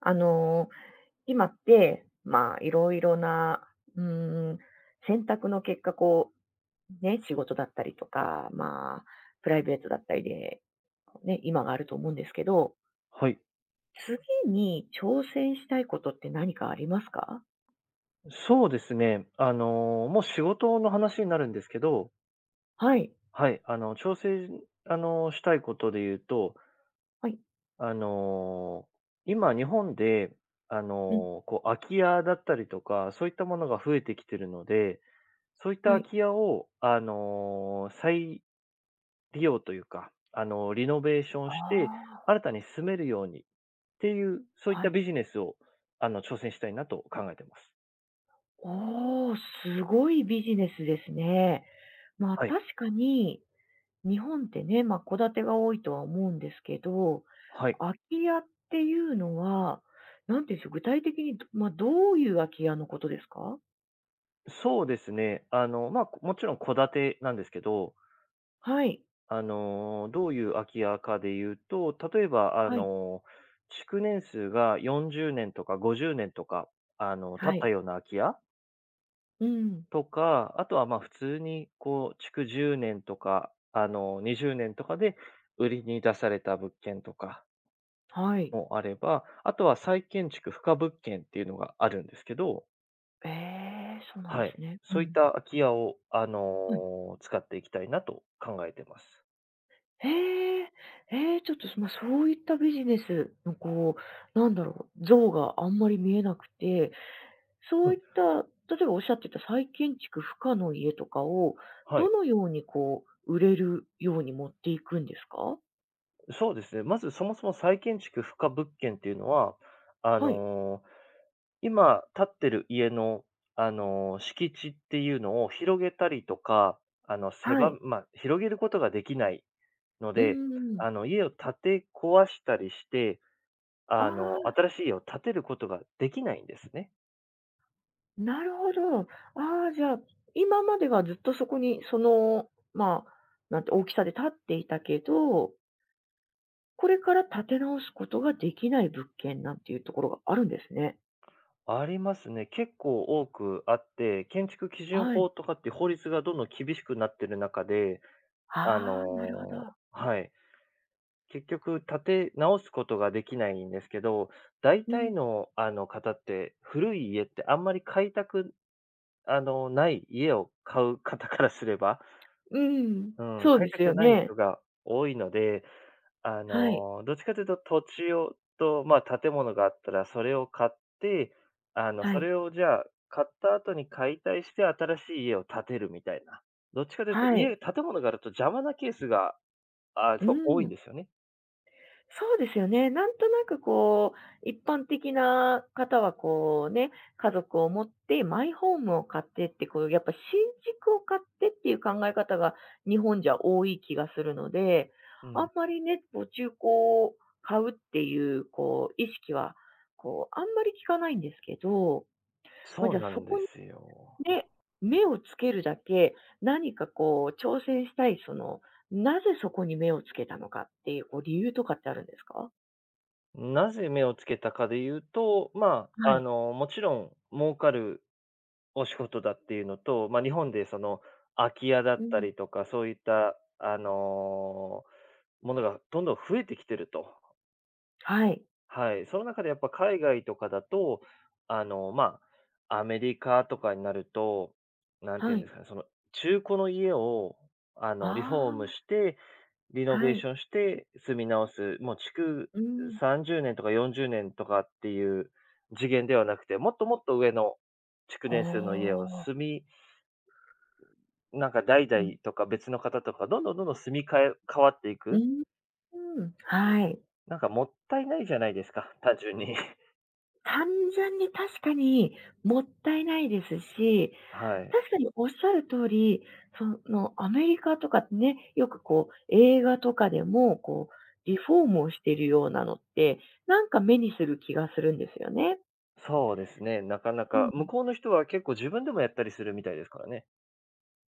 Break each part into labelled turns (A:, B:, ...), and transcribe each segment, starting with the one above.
A: あの、今って、まあ、いろいろな、うーん、選択の結果、ね、仕事だったりとか、まあ、プライベートだったりで、ね、今があると思うんですけど、
B: はい。
A: 次に挑戦したいことって何かありますか？
B: そうですね。もう仕事の話になるんですけど、
A: はい。
B: はい、調整、したいことで言うと、
A: はい。
B: あの、今日本で、
A: うん。
B: こう、空き家だったりとか、そういったものが増えてきてるので、そういった
A: は
B: 空
A: い。
B: き家を、再利用というか、リノベーションして、
A: あ
B: 新たに住めるようにっていう、そうい
A: あ、
B: っ
A: は
B: た
A: い。
B: ビジネスを、挑戦したいなと考えてます。
A: おお、すごいビジネスですね。まあ、
B: はい。
A: 確かに日本ってね、ま、あ戸建てが多いとは思うんですけど、
B: はい。
A: 空き家っていうのは、なんていうんでしょう、具体的に、どまあ、どういう空き家のことですか？
B: そうですね。まあ、こもちろん戸建てなんですけど、
A: はい。
B: どういう空き家かで言うと、例えば、
A: はい。
B: 築年数が40年とか50年とか、経
A: は
B: った
A: い。
B: ような空き家
A: うん。
B: とか、あとはまあ普通に、こう、築10年とか、20年とかで売りに出された物件とか
A: はい。
B: もあれば、あとは再建築不可物件っていうのがあるんですけど、
A: ええ、そうなんで
B: は
A: す
B: い。
A: ね。う
B: そういっ
A: ん。
B: た空き家を、
A: はい。
B: 使っていきたいなと考えてます。
A: へえ。ええ、ちょっと、そ、まあ、そういったビジネスのこう、なんだろう、像があんまり見えなくてそ
B: う
A: う
B: ん。
A: いった、例えばおっしゃってた再建築不可の家とかを、
B: は
A: ど
B: い。
A: のようにこう、売れるように持っていくんですか？
B: そうですね。まずそもそも再建築不可物件っていうのは、あ
A: はい。
B: の、今建ってる家の、敷地っていうのを広げたりとか、
A: はい。
B: まあ、広げることができないの
A: う
B: で、
A: んん。
B: 家を建て壊したりして、
A: ああ、
B: 新しい家を建てることができないんですね。
A: なるほど。ああ、じゃあ、今まではずっとそこに、その、まあ、なんて、大きさで建っていたけど、これから建て直すことができない物件なんていうところがあるんですね。
B: ありますね。結構多くあって、建築基準
A: はい。
B: 法とかっていう法律がどんどん厳しくなってる中で、あ
A: ああ、なるほど。
B: のはい。結局建て直すことができないんですけど、大
A: うん。
B: 体の、方って、古い家ってあんまり買いたく、あの、ない家を買う方からすれば、
A: うん、
B: うん、
A: そう
B: 買い
A: で
B: た
A: す
B: く
A: よ
B: ない
A: ね。
B: 人が多いので、
A: はい、
B: どっちかというと土地をと、まあ、建物があったらそれを買って、
A: は
B: そ
A: い、
B: れをじゃあ、買った後に解体して新しい家を建てるみたいな。どっちかというと、
A: はい。
B: 家建物があると邪魔なケースが、
A: う
B: 多いん
A: ん、
B: ですよね。
A: そうですよね。なんとなくこう、一般的な方はこうね、家族を持ってマイホームを買ってってこう、やっぱ新築を買ってっていう考え方が日本じゃ多い気がするので、
B: う
A: あん
B: ん。
A: まりね、こう中古を買うっていうこう意識は、こうあんまり聞かないんですけど、ま、
B: そ
A: じ
B: う
A: ゃあ
B: な
A: そ
B: ん
A: こ
B: ですよ。
A: で、目をつけるだけ、何かこう挑戦したい、その、なぜそこに目をつけたのかっていう、こう理由とかってあるんですか？
B: なぜ目をつけたかで言うと、まあ、
A: はい。
B: もちろん儲かるお仕事だっていうのと、まあ、日本でその空き家だ
A: う
B: った
A: ん。
B: りとか、そういった、あのものがどんどん増えてきてると。
A: はい。
B: はい。その中でやっぱ海外とかだと、まあ、アメリカとかになると、なんてい
A: は
B: うんで
A: い。
B: すかね、その中古の家を、リフォーム
A: あ
B: して、リ
A: あ、
B: ノベ
A: は
B: ーシ
A: い。
B: ョンして住み直す、もう築
A: うん。
B: 30年とか40年とかっていう次元ではなくて、もっともっと上の築
A: お
B: 年数の家を住
A: ー。
B: みなんか代
A: うん。
B: 々とか別の方とか、どんどんどんどん住み替え変わってい
A: う
B: く。
A: ん。うん、はい。
B: なんかもったいないじゃないですか、単純に。
A: 単純に確かにもったいないですし、
B: はい。
A: 確かにおっしゃる通り、その、アメリカとかってね、よくこう、映画とかでも、こう、リフォームをしているようなのって、なんか目にする気がするんですよね。
B: そうですね、なかな
A: う
B: か、向
A: ん。
B: こうの人は結構自分でもやったりするみたいですからね。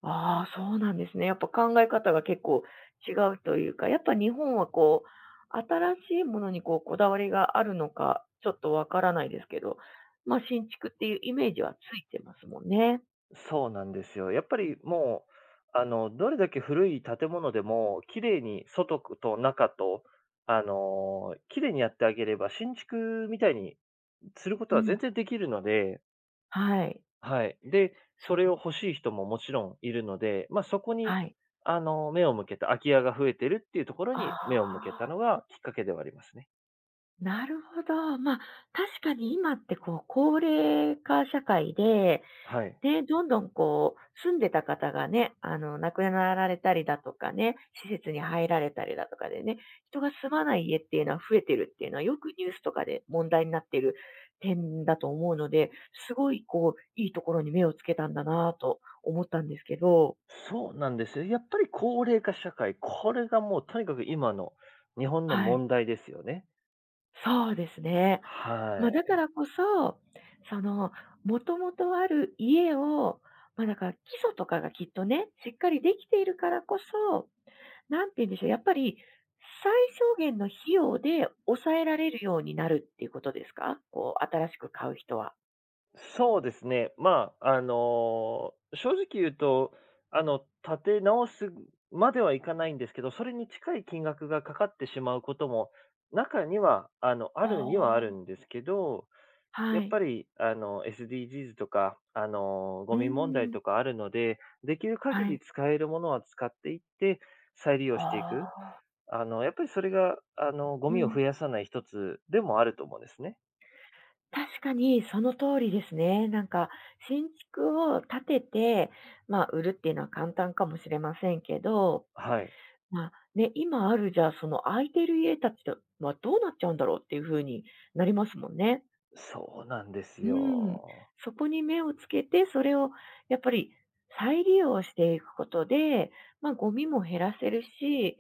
A: ああ、そうなんですね。やっぱ考え方が結構違うというか、やっぱ日本はこう、新しいものにこう、こだわりがあるのか、ちょっとわからないですけど、ま、新築っていうイメージはついてますもんね。
B: そうなんですよ。やっぱりもう、どれだけ古い建物でも、綺麗に外と中と、綺麗にやってあげれば、新築みたいにすること
A: う
B: は全
A: ん。
B: 然できるので、
A: はい。
B: はい。で、
A: そ
B: そ
A: う。
B: れを欲しい人ももちろんいるので、ま、そこに、
A: はい。
B: 目を向けた、空き家が増えてるっていうところ
A: あ
B: に目を向けた
A: あ。
B: のがきっかけではありますね。
A: なるほど。まあ、確かに今ってこう、高齢化社会で、
B: はい。
A: ね、どんどんこう、住んでた方がね、亡くなられたりだとかね、施設に入られたりだとかでね、人が住まない家っていうのは増えてるっていうのは、よくニュースとかで問題になっている点だと思うので、すごいこう、いいところに目をつけたんだなぁと思ったんですけど、
B: そうなんですよ。やっぱり高齢化社会、これがもうとにかく今の日本の
A: はい。
B: 問題ですよね。
A: そうですね。
B: は
A: まあ、だか
B: い。
A: らこそ、その、もともとある家を、まあ、だから基礎とかがきっとね、しっかりできているからこそ、なんて言うんでしょう、やっぱり最小限の費用で抑えられるようになるっていうことですか？こう新しく買う人は。
B: そうですね。まあ、正直言うと、立て直すまではいかないんですけど、それに近い金額がかかってしまうことも、中には、あ
A: あ
B: るにはある
A: あ。
B: んですけど、
A: は
B: やっ
A: い。
B: ぱり、SDGsとか、
A: う
B: ゴ
A: ー
B: ミ問題
A: ん。
B: とかあるので、できる
A: は
B: 限り
A: い。
B: 使えるものは使っていって、再利用してい
A: あ
B: く。
A: あ。
B: やっぱりそれが、ゴ
A: う
B: ミを
A: ん。
B: 増やさない一つでもあると思うんですね。
A: 確かにその通りですね。なんか、新築を建てて、まあ、売るっていうのは簡単かもしれませんけど、
B: はい。
A: まあ、ね、今あるじゃあ、その空いてる家たちはどうなっちゃうんだろうっていう風になりますもんね。
B: そうなんです
A: うん、
B: よ。
A: そこに目をつけて、それをやっぱり再利用していくことで、まあ、ゴミも減らせるし、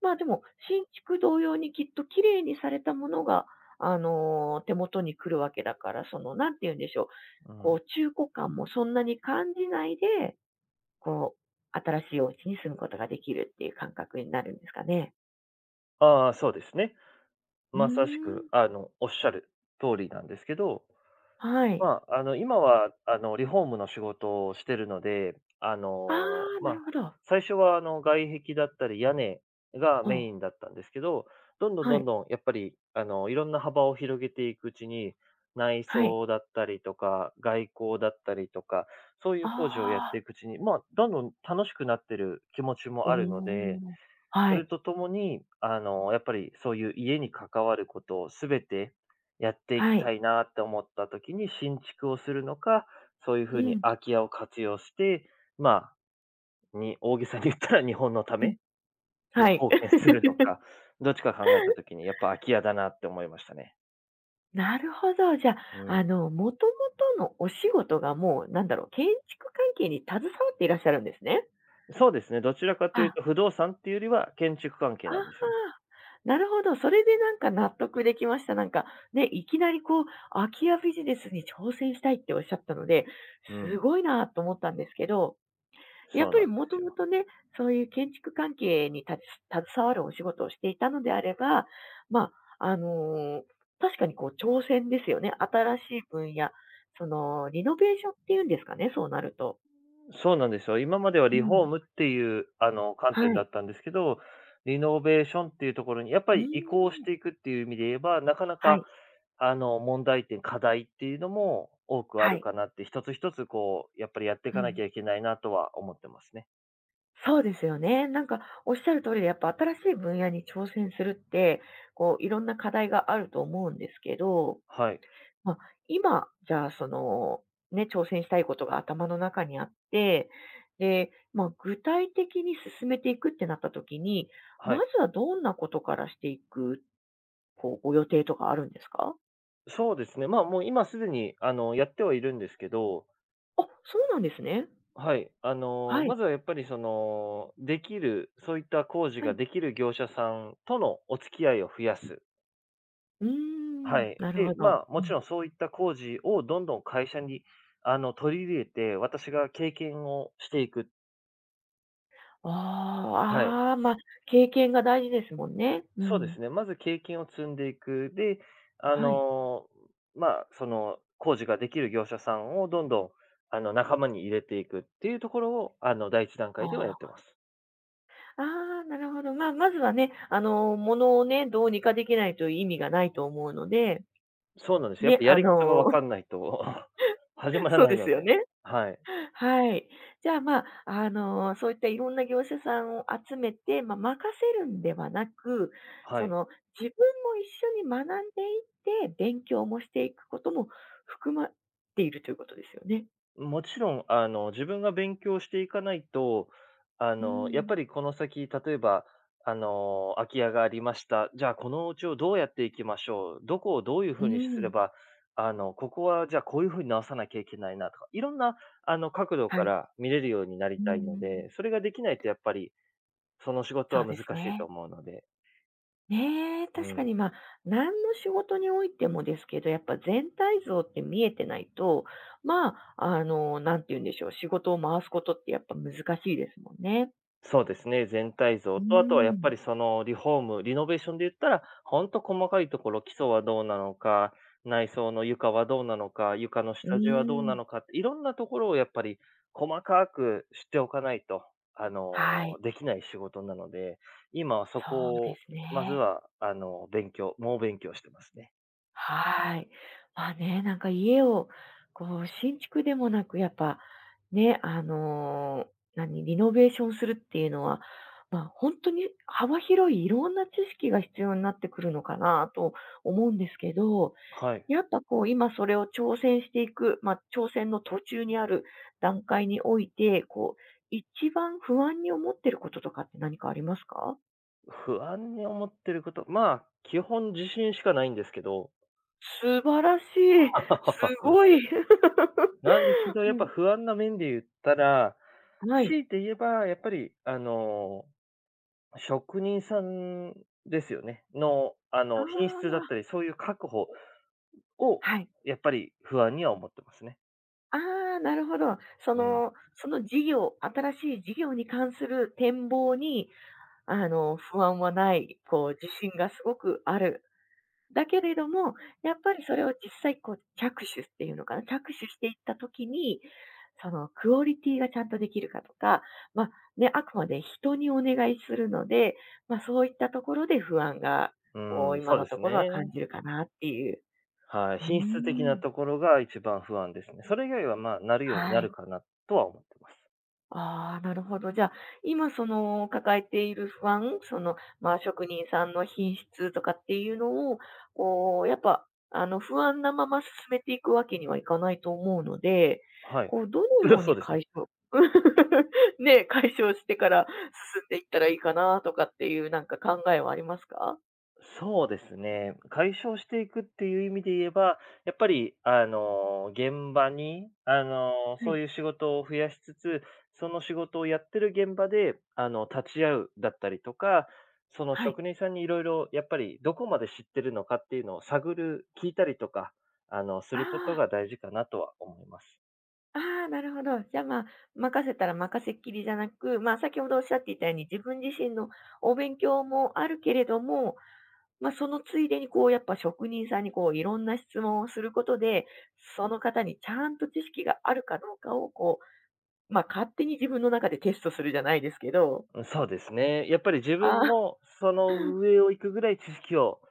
A: ま、でも新築同様にきっと綺麗にされたものが、手元に来るわけだから、その、なんて言うんでしょう、
B: うん。
A: こう中古感もそんなに感じないで、こう新しいお家に住むことができるっていう感覚になるんですかね。
B: ああ、そうですね。
A: うー
B: まさしく、
A: ん、
B: おっしゃる通りなんですけど
A: はい。
B: まあ、今は、リフォームの仕事をしてるので、
A: ああ、
B: ま
A: な
B: あ、
A: るほど。
B: 最初は、外壁だったり屋根が
A: ほ
B: メイ
A: う、
B: ンだったんですけど、どんどん
A: は
B: どん
A: い、
B: どん、やっぱり、いろんな幅を広げていくうちに、内
A: はい、
B: 装だったりとか、外構だったりとか、そうい
A: あ
B: う工事をやってい
A: あ。
B: くうちに、まあ、どんどん楽しくなってる気持ちも
A: お
B: あるので、
A: お、は
B: それ
A: い、
B: とともに、やっぱりそういう家に関わることをすべてやっていき
A: は
B: た
A: い。
B: いなって思った時に新築をするのか、そういうふ
A: う
B: うに
A: ん、
B: 空き家を活用して、まあ、に大げさに言ったら日本のた
A: うん、
B: めに
A: はい。
B: 貢献するの か、どっちか考えた時にやっぱ空き家だなって思いましたね。
A: なるほど、じゃ
B: う
A: あ、
B: ん。
A: もともとのお仕事がもうなんだろう、建築関係に携わっていらっしゃるんですね。
B: そうですね、どちらかという
A: あ、
B: と不動産っていうよりは建築関
A: あ
B: 係な
A: あ、
B: んですよね。
A: なるほど、それでなんか納得できました。なんか、ね、いきなりこう、空き家ビジネスに挑戦したいっておっしゃったので、
B: う
A: す
B: ん、
A: ごいなと思ったんですけどやっ
B: そう
A: ぱ
B: なん
A: り
B: で
A: も
B: す
A: とも
B: よ。
A: とね、そういう建築関係に立ち携わるお仕事をしていたのであれば、まあ、確かにこう挑戦ですよね。新しい分野、そのリノベーションっていうんですかね、そうなると。
B: そうなんですよ。今までは
A: う
B: リフォー
A: ん。
B: ムっていう、観
A: は
B: 点だ
A: い。
B: ったんですけど、リノベーションっていうところにやっぱ
A: うー
B: り移行し
A: ん。
B: ていくっていう意味で言えば、なかな
A: は
B: か、
A: い、
B: 問題点、課題っていうのも多くあ
A: は
B: る
A: い。
B: かなって、一つ一つこう、やっぱりやってい
A: う
B: かな
A: ん。
B: きゃいけないなとは思ってますね。
A: そうですよね。なんかおっしゃる通りで、やっぱ新しい分野に挑戦するって、こういろんな課題があると思うんですけど
B: はい。
A: まあ、今、じゃあ、その、ね、挑戦したいことが頭の中にあって、で、まあ、具体的に進めていくってなった時に、
B: は
A: ま
B: い。
A: ずはどんなことからしていく、こう、ご予定とかあるんですか？
B: そうですね。まあ、もう今すでに、やってはいるんですけど、
A: あ、そうなんですね。
B: はい。
A: は
B: ま
A: い、
B: ずはやっぱりその、できる、そういった工事
A: は
B: が
A: い。
B: できる業者さんとのお付き合いを増やす。
A: うー
B: は
A: ん、
B: い。
A: なる
B: で、
A: ほど。
B: まあ、
A: う
B: もち
A: ん。
B: ろんそういった工事をどんどん会社に、取り入れて、私が経験をしていく。
A: ああ、
B: はい。
A: ああ、まあ、経験が大事ですもんね。う
B: そうで
A: ん。
B: すね。まず経験を積んでいく。で、あ
A: はい。
B: の、まあ、その、工事ができる業者さんをどんどん、仲間に入れていくっていうところを、第一段
A: あ
B: 階ではやって
A: あ。
B: ます。
A: ああ、なるほど。まあ、まずはね、ものをね、どうにかできないと意味がないと思うので
B: そうなんですよ。やっ
A: ね、
B: ぱやり方がわかんないと 始 まら
A: そう
B: な
A: で
B: いの
A: すよ
B: で。
A: ね。
B: はい。
A: はい。じゃあ、まあ、そういったいろんな業者さんを集めて、まあ、任せるんではなく、
B: は
A: そ
B: い。
A: の、自分も一緒に学んでいって、勉強もしていくことも含まっているということですよね。
B: もちろん、自分が勉強していかないと、
A: う
B: やっ
A: ん。
B: ぱりこの先、例えば、空き家がありました。じゃあ、このお家をどうやっていきましょう。どこをどういうふ
A: う
B: うにすれ
A: ん。
B: ば、ここは、じゃあ、こういうふうに直さなきゃいけないなとか、いろんな、角度
A: は
B: か
A: い。
B: ら見れるようになり
A: う
B: たいの
A: ん。
B: で、それができないと、やっぱり、その仕事
A: そ
B: は
A: うで
B: 難
A: す
B: しいと
A: ね。
B: 思うので。
A: ねえ、
B: う
A: 確か
B: ん。
A: に、まあ、何の仕事においてもですけど、やっぱ全体像って見えてないと、まあ、なんて言うんでしょう、仕事を回すことってやっぱ難しいですもんね。
B: そうですね、全体
A: う
B: 像
A: ー
B: と、あとはやっぱり
A: ん。
B: そのリフォーム、リノベーションで言ったら、ほんと細かいところ、基礎はどうなのか、内装の床はどうなのか、床の
A: う
B: 下地はどう
A: ー
B: な
A: ん、
B: のかって、いろんなところをやっぱり細かく知っておかないと、
A: はい、
B: できない仕事なので、今はそ
A: そう
B: こ
A: で
B: を
A: す
B: まず
A: ね。
B: は、勉強猛勉強してますね。
A: はい。まあね、なんか家を、こう、新築でもなく、やっぱ、ね、何、リノベーションするっていうのは、まあ、本当に幅広いいろんな知識が必要になってくるのかなと思うんですけど、
B: はい。
A: やっぱこう、今それを挑戦していく、ま、挑戦の途中にある段階において、こう、一番不安に思ってることとかって何かありますか？
B: 不安に思ってること、まあ、基本自信しかないんですけど。
A: 素晴らしい。す ごい。
B: なんですけど、や
A: う
B: っぱ
A: ん。
B: 不安な面で言ったら、
A: はい。
B: 強いて言えば、やっぱり、職人さんですよね。の、
A: あ
B: 品質だ
A: あ、
B: ったり、そういう確保を、
A: はい。
B: やっぱり不安には思ってますね。
A: ああ、なるほど。そ
B: うん。
A: の、その事業新しい事業に関する展望に、不安はない、こう自信がすごくある。だけれども、やっぱりそれを実際こう着手っていうのかな、着手していった時に、そのクオリティがちゃんとできるかとか、まあ、ね、あくまで人にお願いするので、まあ、そういったところで不安が、
B: う
A: こう
B: ん、
A: 今
B: そう
A: の
B: で
A: と
B: す
A: ころは
B: ね。
A: 感じるかなっていう。
B: はい。
A: うー
B: 品質的な
A: ん。
B: ところが一番不安ですね。それ以外は、まあ、なるように
A: は
B: なる
A: い。
B: かなとは思ってます。
A: ああ、なるほど。じゃあ、今その抱えている不安、その、まあ、職人さんの品質とかっていうのを、こう、やっぱ、不安なまま進めていくわけにはいかないと思うので、
B: はい。
A: こう、どの
B: それ
A: よ
B: は
A: う
B: そう
A: に
B: ですね。
A: 解消 ね、解消してから進んでいったらいいかなとかっていうなんか考えはありますか。
B: そうですね。解消していくっていう意味で言えば、やっぱり、現場に、
A: は
B: そう
A: い。
B: いう仕事を増やしつつ、その仕事をやってる現場で、立ち会うだったりとか、その
A: はい。
B: 職人さんにいろいろ、やっぱりどこまで知ってるのかっていうのを探る、聞いたりとか、すること
A: ああ。
B: が大事かなとは思います。
A: ああ、なるほど。じゃあ、まあ、任せたら任せっきりじゃなく、まあ、先ほどおっしゃっていたように、自分自身のお勉強もあるけれども、まあ、そのついでに、こう、やっぱ職人さんに、こう、いろんな質問をすることで、その方にちゃんと知識があるかどうかを、こう、まあ、勝手に自分の中でテストするじゃないですけど、
B: うんそうですね。やっぱり自
A: あ
B: 分
A: あ、
B: もその 上を行くぐらい知識を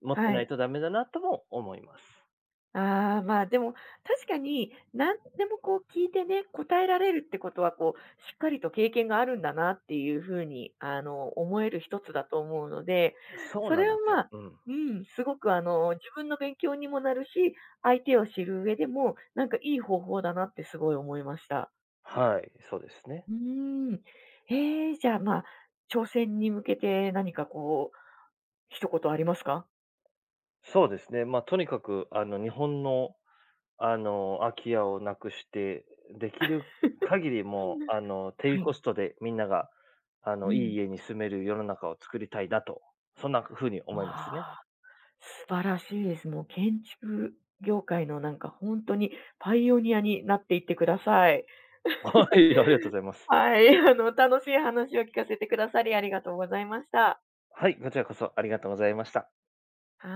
B: 持って
A: は
B: ない
A: い。
B: とダメだなとも思います。
A: ああ、まあ、でも、確かに、何でもこう聞いてね、答えられるってことは、こう、しっかりと経験があるんだなっていう風に、思える一つだと思うので、
B: そう
A: そ
B: な
A: れ
B: んで
A: は
B: す
A: ま
B: よ。
A: あ、
B: うん。
A: うん、すごく自分の勉強にもなるし、相手を知る上でも、なんかいい方法だなってすごい思いました。
B: はい、そうですね。
A: うーん。ええ、じゃあ、まあ、挑戦に向けて何かこう、一言ありますか？
B: そうですね。まあ、とにかく、日本の、空き家をなくして、できる限りも
A: うん。
B: う、低
A: はい。
B: コストでみんなが、
A: う
B: いい
A: ん。
B: 家に住める世の中を作りたいなと、そんな風に思いま
A: あ
B: すね。
A: あ。素晴らしいです。もう建築業界のなんか本当にパイオニアになっていってください。
B: はい、ありがとうございます。
A: はい、あの楽しい話を聞かせてくださりありがとうございました。
B: はい、こちらこそありがとうございました。
A: はい。